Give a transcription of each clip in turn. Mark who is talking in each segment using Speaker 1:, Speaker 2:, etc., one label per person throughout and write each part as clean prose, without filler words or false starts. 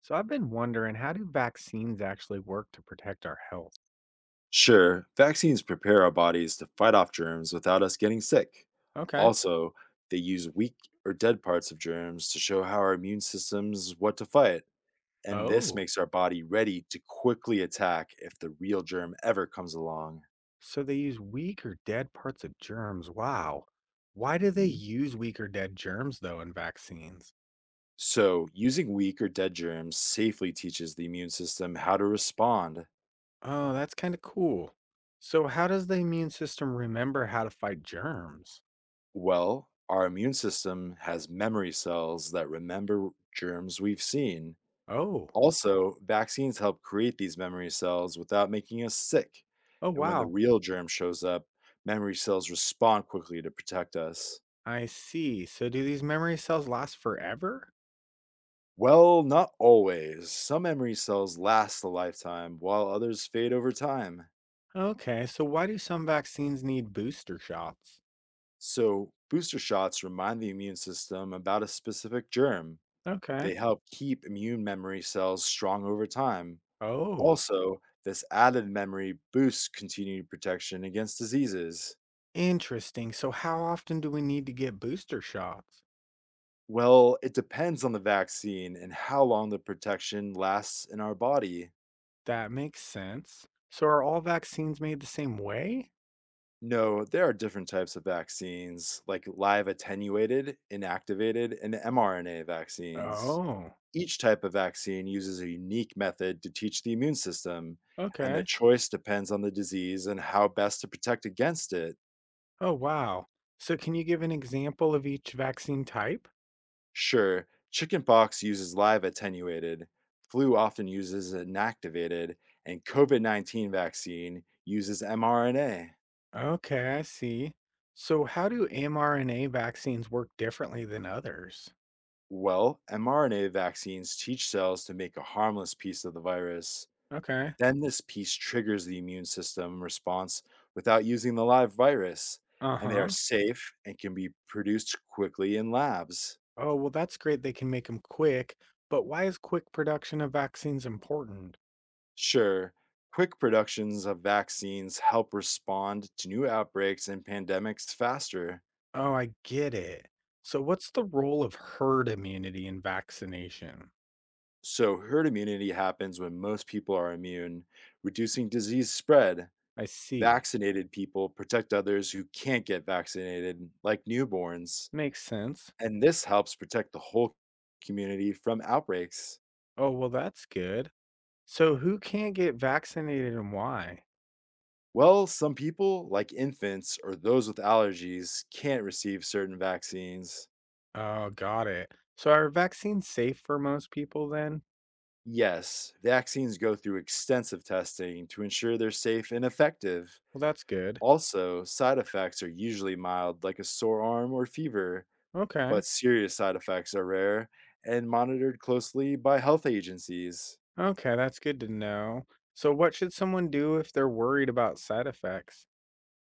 Speaker 1: So I've been wondering, how do vaccines actually work to protect our health?
Speaker 2: Sure, vaccines prepare our bodies to fight off germs without us getting sick.
Speaker 1: Okay.
Speaker 2: Also, they use weak or dead parts of germs to show how our immune systems what to fight, and this
Speaker 1: Oh,
Speaker 2: makes our body ready to quickly attack if the real germ ever comes along.
Speaker 1: so they use weak or dead parts of germs. Wow. Why do they
Speaker 2: Mhm.
Speaker 1: use weak or dead germs though in vaccines?
Speaker 2: So, using weak or dead germs safely teaches the immune system how to respond.
Speaker 1: Oh, that's kind of cool. So how does the immune system remember how to fight germs?
Speaker 2: Well, our immune system has memory cells that remember germs we've seen.
Speaker 1: Oh,
Speaker 2: Also, vaccines help create these memory cells without making us sick.
Speaker 1: oh
Speaker 2: And when the
Speaker 1: wow.
Speaker 2: real germ shows up, memory cells respond quickly to protect us.
Speaker 1: I see. So do these memory cells last forever?
Speaker 2: Well, not always. Some memory cells last a lifetime, while others fade over time.
Speaker 1: Okay, so why do some vaccines need booster shots?
Speaker 2: So, booster shots remind the immune system about a specific germ.
Speaker 1: Okay.
Speaker 2: They help keep immune memory cells strong over time.
Speaker 1: Oh.
Speaker 2: Also, this added memory boosts continued protection against diseases.
Speaker 1: Interesting. So, how often do we need to get booster shots?
Speaker 2: Well, it depends on the vaccine and how long the protection lasts in our body.
Speaker 1: That makes sense. So, are all vaccines made the same way?
Speaker 2: No, there are different types of vaccines, like live attenuated, inactivated, and mRNA vaccines.
Speaker 1: Oh,
Speaker 2: Each type of vaccine uses a unique method to teach the immune system, and the
Speaker 1: okay.
Speaker 2: choice depends on the disease and how best to protect against it.
Speaker 1: Oh, wow. So, can you give an example of each vaccine type?
Speaker 2: Sure, chickenpox uses live attenuated, flu often uses inactivated, and COVID COVID-19 vaccine uses mRNA.
Speaker 1: Okay, I see. So, how do mRNA vaccines work differently than others?
Speaker 2: Well, mRNA vaccines teach cells to make a harmless piece of the virus.
Speaker 1: Okay.
Speaker 2: Then this piece triggers the immune system response without using the live virus,
Speaker 1: Uh
Speaker 2: and they are
Speaker 1: huh.
Speaker 2: safe and can be produced quickly in labs.
Speaker 1: Oh, well, that's great. They can make them quick. But why is quick production of vaccines important?
Speaker 2: Sure, quick productions of vaccines help respond to new outbreaks and pandemics faster.
Speaker 1: Oh, I get it. So what's the role of herd immunity in vaccination?
Speaker 2: So, herd immunity happens when most people are immune, reducing disease spread.
Speaker 1: I see.
Speaker 2: Vaccinated people protect others who can't get vaccinated, like newborns,
Speaker 1: Makes sense.
Speaker 2: and this helps protect the whole community from outbreaks.
Speaker 1: Oh, well, that's good. So who can't get vaccinated and why?
Speaker 2: Well, some people, like infants or those with allergies, can't receive certain vaccines.
Speaker 1: Oh, got it. So are vaccines safe for most people then?
Speaker 2: Yes, vaccines go through extensive testing to ensure they're safe and effective.
Speaker 1: Well, that's good.
Speaker 2: Also, side effects are usually mild, like a sore arm or fever,
Speaker 1: Okay.
Speaker 2: but serious side effects are rare and monitored closely by health agencies.
Speaker 1: Okay, that's good to know. So what should someone do if they're worried about side effects?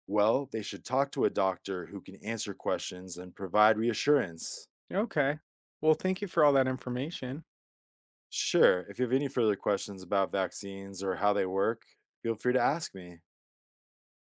Speaker 2: Well, they should talk to a doctor who can answer questions and provide reassurance.
Speaker 1: Okay. Well, thank you for all that information.
Speaker 2: Sure, if you have any further questions about vaccines or how they work, feel free to ask me.